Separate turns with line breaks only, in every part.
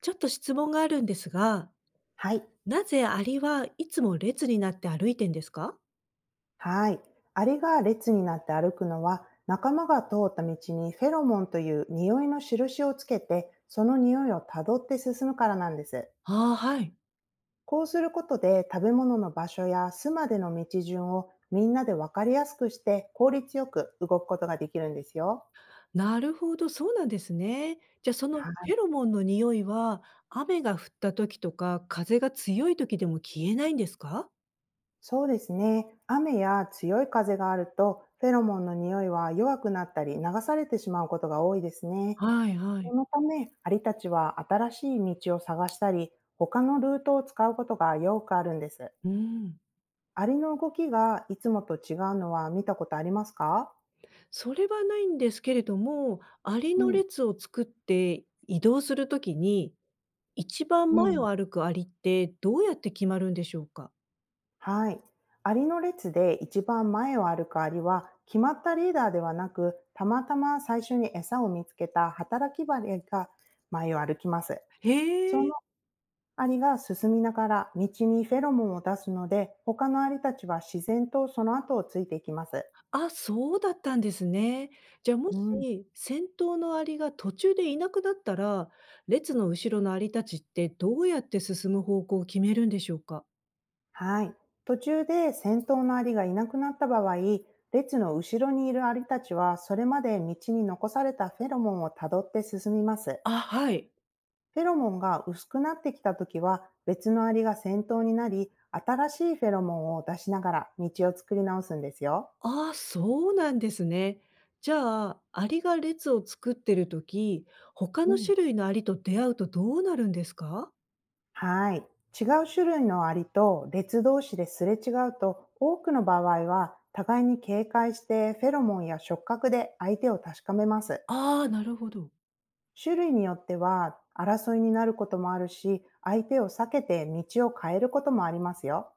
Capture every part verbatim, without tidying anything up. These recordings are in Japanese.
ちょっと質問があるんですが、
はい。
なぜアリはいつも列になって歩いてんですか？
はい。アリが列になって歩くのは、仲間が通った道にフェロモンという匂いの印をつけて、その匂いをたどって進むからなんです。
ああ、はい。
こうすることで食べ物の場所や巣までの道順をみんなで分かりやすくして効率よく動くことができるんですよ。
なるほど、そうなんですね。じゃあその
は
フ
い。
ェロモンの匂いは、雨が降った時とか、風が強い時でも消えないんですか？
そうですね。雨や強い風があると、フェロモンの匂いは弱くなったり流されてしまうことが多いですね。
はいは
そ
い。
のため、アリたちは新しい道を探したり、他のルートを使うことがよくあるんです。
うん。
アリの動きがいつもと違うのは見たことありますか？
それはないんですけれども、アリ
う
の
ん。
列を作って移動する時に、一番
う
前
ん。
を歩くアリってどうやって決まるんでしょうか？
はい。アリの列で一番前を歩くアリは、決まったリーダーではなく、たまたま最初に餌を見つけた働きバリが前を歩きます。
へ
そ
え。
のアリが進みながら道にフェロモンを出すので、他のアリたちは自然とその後をついていきます。
あ、そうだったんですね。じゃあ、も
うん。
し先頭のアリが途中でいなくなったら、列の後ろのアリたちってどうやって進む方向を決めるんでしょうか？
はい。途中で先頭のアリがいなくなった場合、列の後ろにいるアリたちは、それまで道に残されたフェロモンをたどって進みます。
あ、はい。
フェロモンが薄くなってきたときは、別のアリが先頭になり、新しいフェロモンを出しながら道を作り直すんですよ。
ああ、そうなんですね。じゃあ、アリが列を作ってる時、他
う
の
ん。
種類のアリと出会うとどうなるんですか？
はい。違う種類のアリと列同士ですれ違うと、多くの場合は互いに警戒してフェロモンや触覚で相手を確かめます。
ああ、なるほど。
種類によっては争いになることもあるし、相手を避けて道を変えることもありますよ。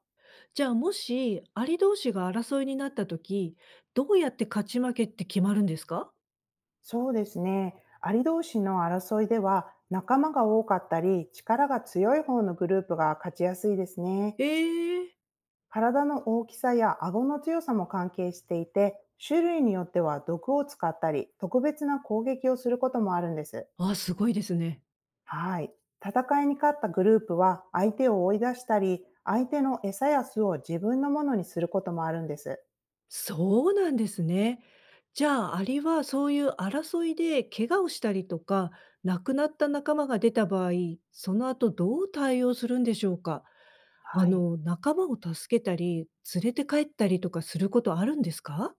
じゃあ、もしアリ同士が争いになった時、どうやって勝ち負けって決まるんですか？
そうですね。アリ同士の争いでは仲間が多かったり、力が強い方のグループが勝ちやすいですね。
ええー。
体の大きさや顎の強さも関係していて、種類によっては毒を使ったり、特別な攻撃をすることもあるんです。
ああ、すごいですね。
はい。戦いに勝ったグループは相手を追い出したり、相手の餌や巣を自分のものにすることもあるんです。
そうなんですね。じゃあ、アリはそういう争いで怪我をしたりとか、亡くなった仲間が出た場合、その後どう対応するんでしょうか？あ
はい。
の、仲間を助けたり、連れて帰ったりとかすることあるんですか？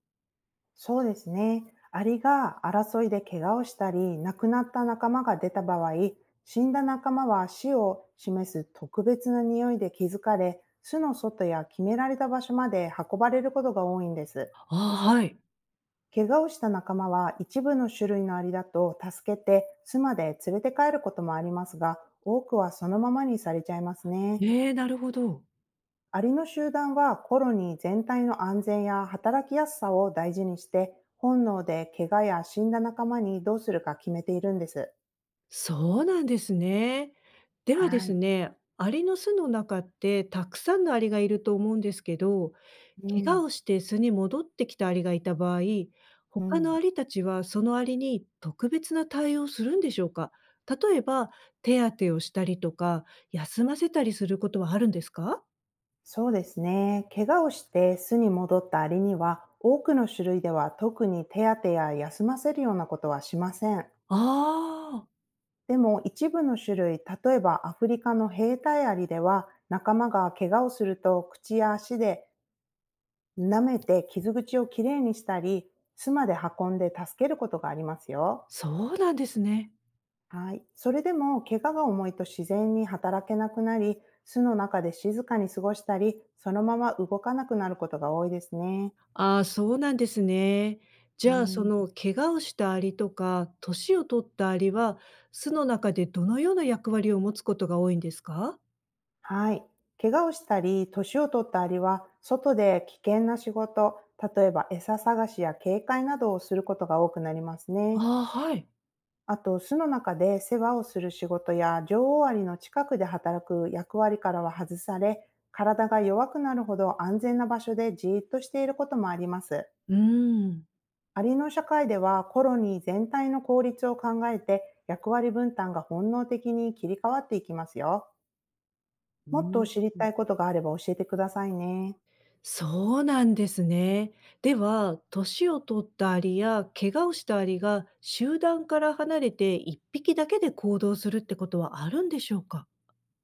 そうですね。アリが争いで怪我をしたり、亡くなった仲間が出た場合、死んだ仲間は死を示す特別な匂いで気づかれ、巣の外や決められた場所まで運ばれることが多いんです。
ああ、はい。
怪我をした仲間は一部の種類のアリだと助けて巣まで連れて帰ることもありますが、多くはそのままにされちゃいますね。
ええ、なるほど。
アリの集団はコロニー全体の安全や働きやすさを大事にして、本能で怪我や死んだ仲間にどうするか決めているんです。
そうなんですね。ではで
は
す
い。
ね、アリの巣の中ってたくさんのアリがいると思うんですけど、
う
怪我
ん。
をして巣に戻ってきたアリがいた場合、
う
他の
ん。
アリたちはそのアリに特別な対応をするんでしょうか？例えば、手当てをしたりとか、休ませたりすることはあるんですか？
そうですね。怪我をして巣に戻ったアリには、多くの種類では特に手当てや休ませるようなことはしません。
ああー。
でも一部の種類、例えばアフリカの兵隊アリでは、仲間が怪我をすると口や足で舐めて傷口をきれいにしたり、妻で運んで助けることがありますよ。
そうなんですね。
はい。それでも怪我が重いと自然に働けなくなり、巣の中で静かに過ごしたり、そのまま動かなくなることが多いですね。
ああ、そうなんですね。じ
う
ゃあ、そ
ん。
の怪我をしたアリとか、年を取ったアリは、巣の中でどのような役割を持つことが多いんですか？
はい。怪我をしたり、年を取ったアリは、外で危険な仕事、例えば餌探しや警戒などをすることが多くなりますね。
ああー、はい。
あと、巣の中で世話をする仕事や、女王アリの近くで働く役割からは外され、体が弱くなるほど安全な場所でじーっとしていることもあります。
うーん。
アリの社会では、コロニー全体の効率を考えて、役割分担が本能的に切り替わっていきますよ。
う
もっと
ー
知り
ん。
たいことがあれば教えてくださいね。
そうなんですね。では、年を取ったアリや怪我をしたアリが集団から離れて一匹だけで行動するってことはあるんでしょうか？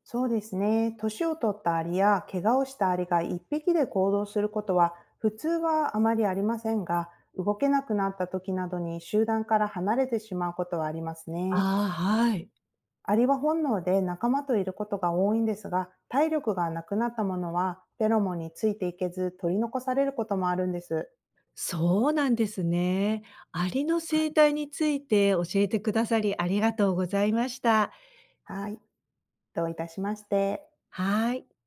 そうですね。年を取ったアリや怪我をしたアリがいっぴきで行動することは普通はあまりありませんが、動けなくなった時などに集団から離れてしまうことはありますね。
ああ、はい。
アリは本能で仲間といることが多いんですが、体力がなくなったものはフェロモンについていけず取り残されることもあるんです。
そうなんですね。アリの生態について教えてくださりありがとうございました。
はい。どういたしまして。
はい。